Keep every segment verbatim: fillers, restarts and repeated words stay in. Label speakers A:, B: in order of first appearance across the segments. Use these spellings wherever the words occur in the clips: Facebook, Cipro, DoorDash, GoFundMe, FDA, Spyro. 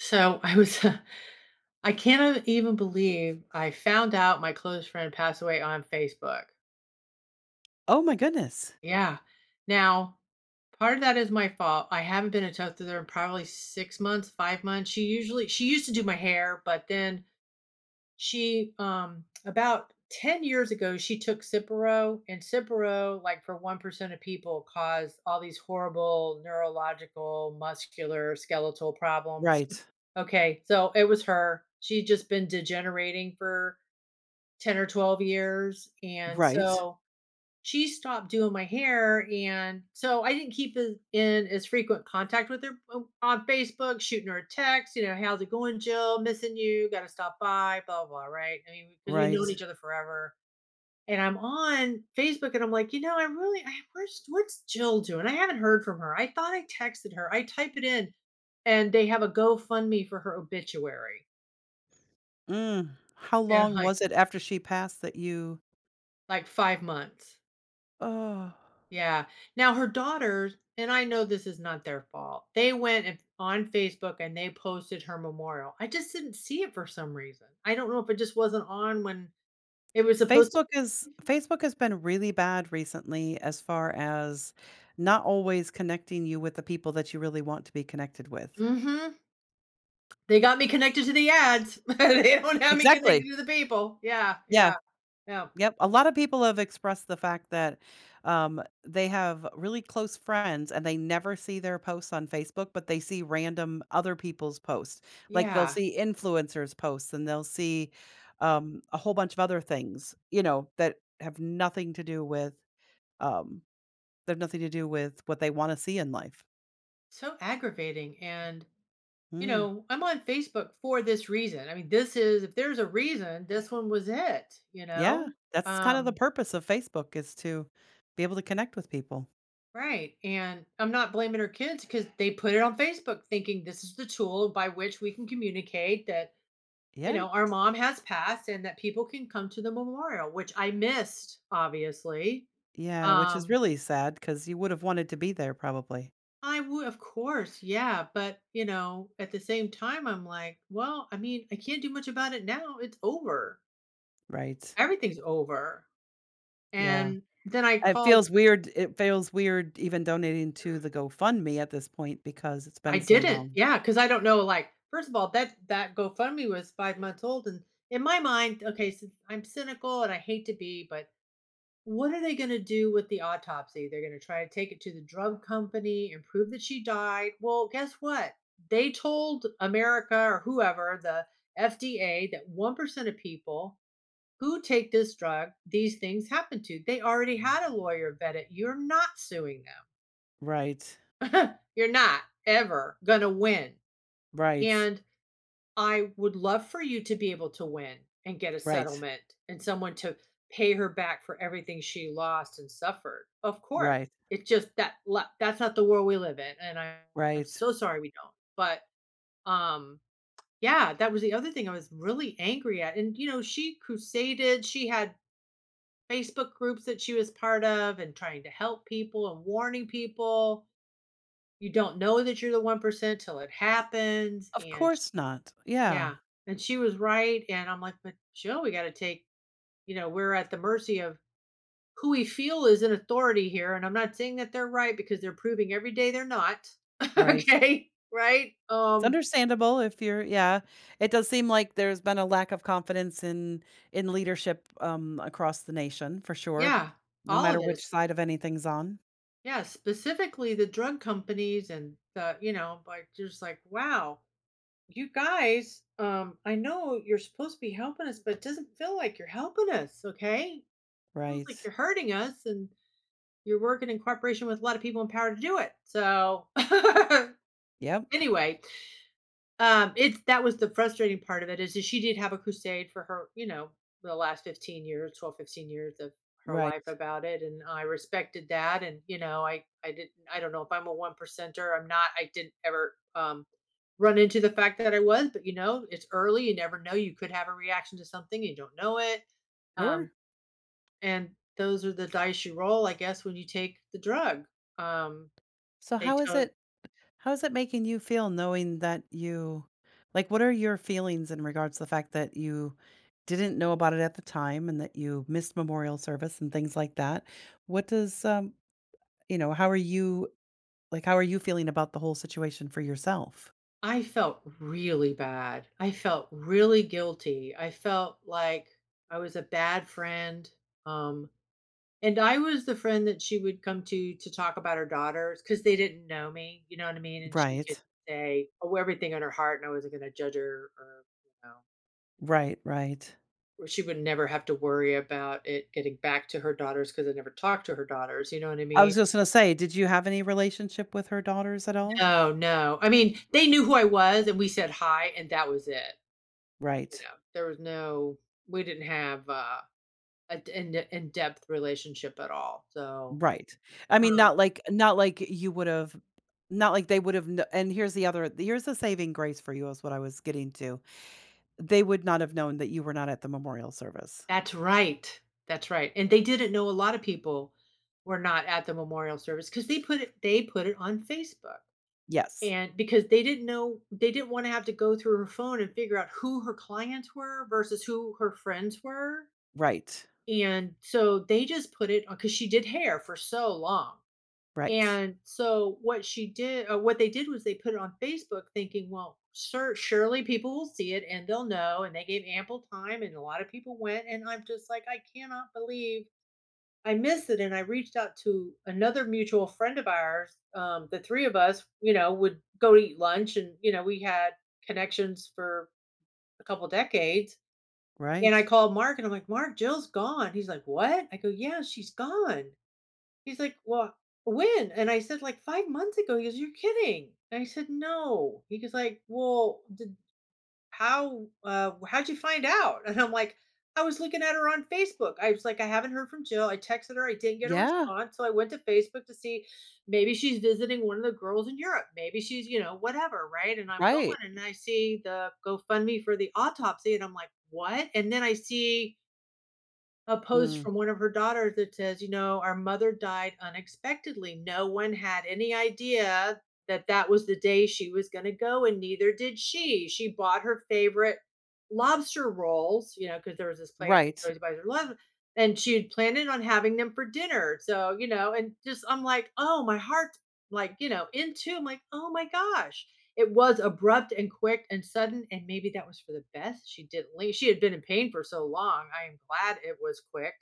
A: So I was, I can't even believe I found out my close friend passed away on Facebook.
B: Oh my goodness.
A: Yeah. Now, part of that is my fault. I haven't been in touch with her in probably six months, five months. She usually, she used to do my hair, but then She, um, about ten years ago, she took Cipro, and Cipro, like for one percent of people, caused all these horrible neurological, muscular, skeletal problems.
B: Right.
A: Okay, so it was her. She'd just been degenerating for ten or twelve years. And
B: Right.
A: so she stopped doing my hair, and so I didn't keep as in as frequent contact with her o on Facebook, shooting her a text, you know, "How's it going, Jill? Missing you, gotta stop by, blah blah," blah, right? I mean, because 'cause we've
B: Right.
A: known, mhm, each other forever, and I'm on Facebook, and I'm like, "You know, I really I where's what's Jill doing? I haven't heard from her. I thought I texted her." I type it in, and they have a GoFundMe for her obituary,
B: Mm. How
A: and I'm
B: long
A: like
B: was it after she passed that you—
A: like, five months.
B: Oh.
A: Yeah. Now her daughters, and I know this is not their fault. They went and- on Facebook and they posted her memorial. I just didn't see it for some reason. I don't know if it just wasn't on when it was supposed to.
B: Facebook is Facebook has been really bad recently as far as not always connecting you with the people that you really want to be connected with.
A: Mhm. They got me connected to the ads. They don't have me
B: Exactly.
A: connected to the people. Yeah,
B: Yeah.
A: yeah, yeah,
B: Yep, a lot of people have expressed the fact that, um, they have really close friends and they never see their posts on Facebook, but they see random other people's posts. Like, they'll
A: yeah.
B: see influencers' posts and they'll see, um, a whole bunch of other things, you know, that have nothing to do with, um, they have nothing to do with what they wanna see in life.
A: So aggravating. And you
B: Mm,
A: know, I'm on Facebook for this reason. I mean, this is if there's a reason, this one was it. You
B: yeah,
A: know.
B: that's kind of the
A: Um.
B: purpose of Facebook is to be able to connect with people.
A: Right, and I'm not blaming her kids because they put it on Facebook thinking this is the tool by which we can communicate that, you
B: Yeah,
A: know, our mom has passed and that people can come to the memorial, which I missed, obviously.
B: yeah, which is
A: Um,
B: really sad because you would have wanted to be there probably.
A: I would of course, yeah, but, you know, at the same time, I'm like, "Well, I mean, I can't do much about it now, it's over.
B: Right.
A: Everything's over."
B: Yeah.
A: And then I
B: It
A: called
B: feels weird it feels weird even donating to the GoFundMe at this point because it's
A: I
B: been so
A: didn't.
B: long.
A: Yeah, yeah, because I don't know, like, first of all, that that GoFundMe was five months old, and in my mind okay, so I'm cynical and I hate to be, but what are they gonna do with the autopsy? They're gonna try to take it to the drug company and prove that she died. Well, guess what? They told America or whoever, the F D A, that one percent of people who take this drug, these things happen to. They already had a lawyer vet it. You're not suing
B: Right.
A: them. You're not ever gonna win,
B: Right.
A: and I would love for you to be able to win and get a
B: Right.
A: settlement and someone to pay her back for everything she lost and suffered. Of course.
B: Right.
A: It's just that la- that's not the world we live in, and I, I'm
B: Right.
A: so sorry we don't. But um yeah, that was the other thing I was really angry at. And you know, she crusaded, she had Facebook groups that she was part of and trying to help people and warning people. You don't know that you're the one percent till it happens,
B: Of
A: and
B: course not. Yeah.
A: yeah, and she was right, and I'm like, "But Joe, we gotta take you know, we're at the mercy of who we feel is in authority here," and I'm not saying that they're right because they're proving every day they're not,
B: Right.
A: okay, right?
B: It's
A: Um,
B: understandable if you're— yeah. It does seem like there's been a lack of confidence in in leadership, um, across the nation for sure,
A: yeah,
B: no
A: all
B: matter
A: of it is,
B: which side of anything's on.
A: yeah, specifically the drug companies, and the you know, like, just like, "Wow, you guys, um, I know you're supposed to be helping us, but it doesn't feel like you're helping us, okay? Feels
B: Right.
A: like you're hurting us, and" you're working in cooperation with a lot of people in power to do it. So
B: Yep.
A: anyway, um, it's that was the frustrating part of it, is that she did have a crusade for her, you know, the last fifteen years, twelve, fifteen years of her life
B: Right.
A: about it. And I respected that. And, you know, I, I didn't, I don't know if I'm a one percenter. I'm not, I didn't ever, um, run into the fact that I was, but you know, it's early. You never know. You could have a reaction to something. You don't know it. Um,
B: Sure.
A: and those are the dice you roll, I guess, when you take the drug. Um,
B: So
A: they
B: how is
A: tell
B: it— How's it making you feel knowing that you— like, what are your feelings in regards to the fact that you didn't know about it at the time and that you missed memorial service and things like that? What does, um, you know, how are you, like, how are you feeling about the whole situation for yourself?
A: I felt really bad. I felt really guilty. I felt like I was a bad friend. Um, and I was the friend that she would come to to talk about her daughters, because they didn't know me, you know what I mean? And she could
B: Right.
A: say, oh, everything on her heart, and I wasn't going to judge her or, you know,
B: Right. Right.
A: or she would never have to worry about it getting back to her daughters, because I never talked to her daughters, you know what I
B: I was
A: mean?
B: just going to say, did you have any relationship with her daughters at all?
A: No, no. I mean, they knew who I was, and we said hi, and that was it. You
B: Right.
A: know, there was no, we didn't have uh a d- an in-depth relationship at all. So,
B: Right. I mean,
A: um
B: not like not like you would've— not like they would've kn— and here's the other— here's the saving grace for you is what I was getting to. They would not have known that you were not at the memorial service.
A: that's right. That's right. And they didn't know a lot of people were not at the memorial service, cuz they put it they put it on Facebook.
B: Yes.
A: And because they didn't know, they didn't want to have to go through her phone and figure out who her clients were versus who her friends were.
B: Right.
A: And so they just put it on because she did hair for so long.
B: Right.
A: And so what she did uh, what they did was they put it on Facebook thinking, well, sure, surely people will see it and they'll know. And they gave ample time and a lot of people went. And I'm just like, I cannot believe I missed it. And I reached out to another mutual friend of ours. Um, the three of us, you know, would go to eat lunch, and, you know, we had connections for a couple decades. And
B: Right.
A: I called Mark and I'm like, "Mark, Jill's gone." He's like, "What?" I go, "Yeah, she's gone." He's like, "Well, when?" And I said, "Like five months ago." He goes, "You're kidding." And I said, "No." He goes like, "Well, did how uh how'd you find out?" And I'm like, "I was looking at her on Facebook." I was like, "I haven't heard from Jill." I texted her, I didn't get a
B: Yeah.
A: response, so I went to Facebook to see, maybe she's visiting one of the girls in Europe. Maybe she's, you know, whatever, right? And I'm
B: Right.
A: going and I see the GoFundMe for the autopsy, and I'm like, "What?" And then I see a post
B: Mm.
A: from one of her daughters that says, you know, our mother died unexpectedly. No one had any idea that that was the day she was going to go, and neither did she. She bought her favorite lobster rolls, you know, because there was this place that
B: Right.
A: always buys her lobster, and she had planned on having them for dinner. So, you know, and just I'm like, oh, my heart's like, you know, into. I'm like, oh my gosh. It was abrupt and quick and sudden, and maybe that was for the best. She didn't leave. She had been in pain for so long. I am glad it was quick,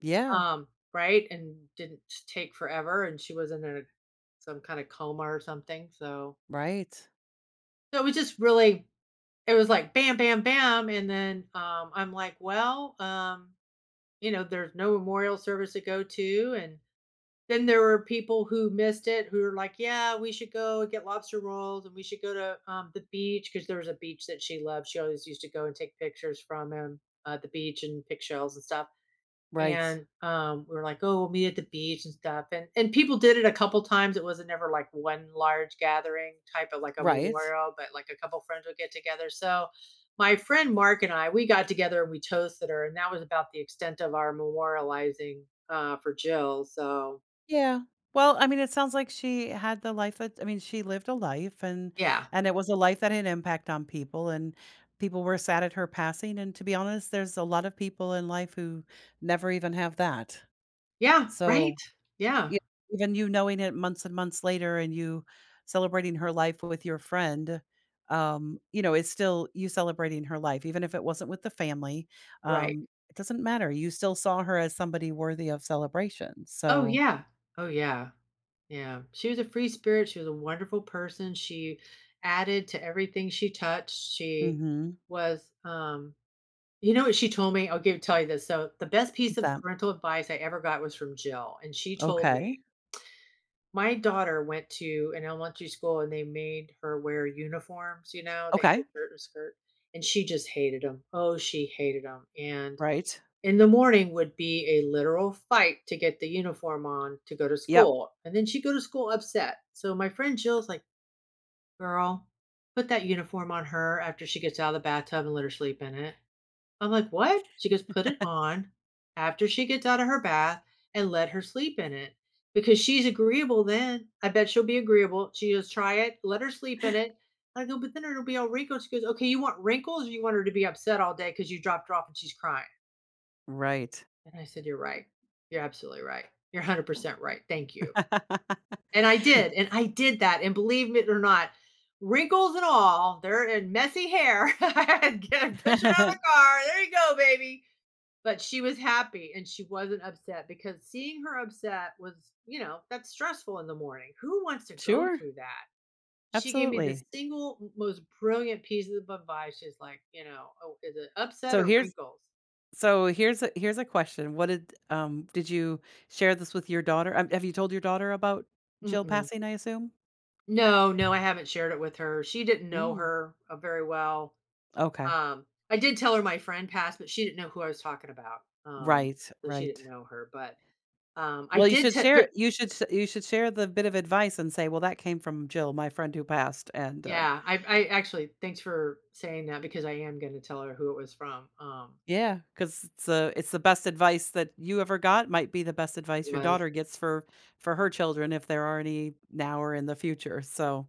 B: Yeah.
A: um, right, and didn't take forever. And she was in a some kind of coma or something. So,
B: Right.
A: so it was just really, it was like bam, bam, bam, and then, um, I'm like, well, um, you know, there's no memorial service to go to, and then there were people who missed it who were like, "Yeah, we should go and get lobster rolls, and we should go to, um, the beach because there was a beach that she loved. She always used to go and take pictures from him at the beach and pick shells and stuff."
B: Right.
A: And um, we were like, "Oh, we'll meet at the beach and stuff." And and people did it a couple times. It wasn't ever like one large gathering type of like a
B: Right.
A: memorial, but like a couple friends would get together. So my friend Mark and I, we got together and we toasted her, and that was about the extent of our memorializing uh, for Jill. So
B: Yeah. Well, I mean, it sounds like she had the life that— I mean, she lived a life, and
A: yeah.
B: and it was a life that had impact on people, and people were sad at her passing, and to be honest, there's a lot of people in life who never even have that.
A: Yeah, right.
B: So,
A: Yeah,
B: yeah, even you knowing it months and months later and you celebrating her life with your friend, um, you know, it's still you celebrating her life even if it wasn't with the family.
A: right.
B: Um, it doesn't matter. You still saw her as somebody worthy of celebration.
A: Oh,
B: So,
A: yeah. Oh, yeah. Yeah. She was a free spirit. She was a wonderful person. She added to everything she touched. She
B: mhm,
A: was, um, you know what she told me? I'll give tell you this. So the best piece of
B: that—
A: parental advice I ever got was from Jill, and she told me
B: Okay.
A: my daughter went to an elementary school and they made her wear uniforms. You know, they had
B: Okay.
A: a shirt and a skirt, and she just hated them. Oh, she hated them, and
B: Right.
A: in the morning would be a literal fight to get the uniform on to go to
B: Yep.
A: school, and then she'd go to school upset. So my friend Jill's like, "Girl, put that uniform on her after she gets out of the bathtub and let her sleep in it." I'm like, "What?" She goes, "Put it on after she gets out of her bath and let her sleep in it. Because she's agreeable then. I bet she'll be agreeable." She goes, "Try it, let her sleep in it." I go, "But then it'll be all wrinkled." She goes, "Okay, you want wrinkles or you want her to be upset all day because you dropped her off and she's crying?"
B: Right.
A: And I said, "You're right. You're absolutely right. You're one hundred percent right. Thank you." And I did, and I did that, and believe it or not, wrinkles and all, they're in messy hair, I had to get push her out of the car, "There you go, baby." But she was happy, and she wasn't upset, because seeing her upset was, you know, that's stressful in the morning. Who wants to go
B: Sure.
A: through that? She gave me the
B: Absolutely.
A: single most brilliant piece of advice. She's like, you know, "Oh, is it upset
B: So
A: or
B: here's—
A: wrinkles?"
B: so here's a here's a question. What did— um did you share this with your daughter? Um, have you told your daughter about Jill
A: Mm-mm.
B: passing, I assume?
A: No, no, I haven't shared it with her. She didn't know
B: Mm.
A: her, uh, very well.
B: Okay.
A: Um, I did tell her my friend passed, but she didn't know who I was talking about. Um,
B: Right.
A: so she
B: Right.
A: didn't know her, but, um, I
B: Well, you
A: did
B: should
A: tell. But
B: share— you should s- you should share the bit of advice and say, "Well, that came from Jill, my friend who passed." And uh
A: yeah, I I actually, thanks for saying that, because I am gonna tell her who it was from, um,
B: yeah, because it's, uh, it's the best advice that you ever got— might be the best advice your
A: was
B: daughter gets for— for her children if there are any now or in the future, so,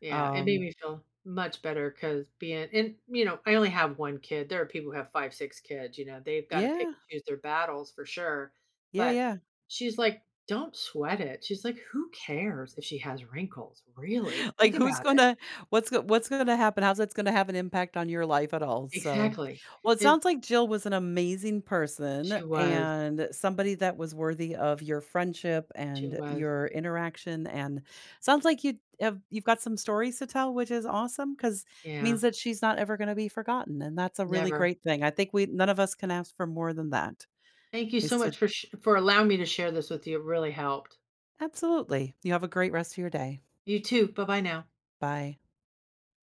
A: yeah, it made
B: um,
A: me feel much better, because being and, you know, I only have one kid. There are people who have five, six kids, you know, they've gotta pick
B: yeah,
A: and choose their battles for sure,
B: yeah,
A: but
B: yeah.
A: she's like, "Don't sweat it." She's like, "Who cares if she has wrinkles? Really?
B: Like,
A: Think
B: who's
A: about it."
B: gonna— what's go what's gonna happen? How's that's gonna have an impact on your life at all? So,
A: Exactly.
B: well, it
A: And
B: sounds like Jill was an amazing person
A: she was,
B: and somebody that was worthy of your friendship
A: she
B: and
A: was.
B: your interaction, and sounds like you have— you've got some stories to tell, which is awesome because— means
A: Yeah,
B: that she's not ever gonna be forgotten, and that's a really
A: never.
B: great thing. I think we— none of us can ask for more than that.
A: Thank you
B: Is
A: so
B: to—
A: much for sh for allowing me to share this with you. It really helped.
B: absolutely. You have a great rest of your day.
A: You too. Bye-bye now.
B: Bye.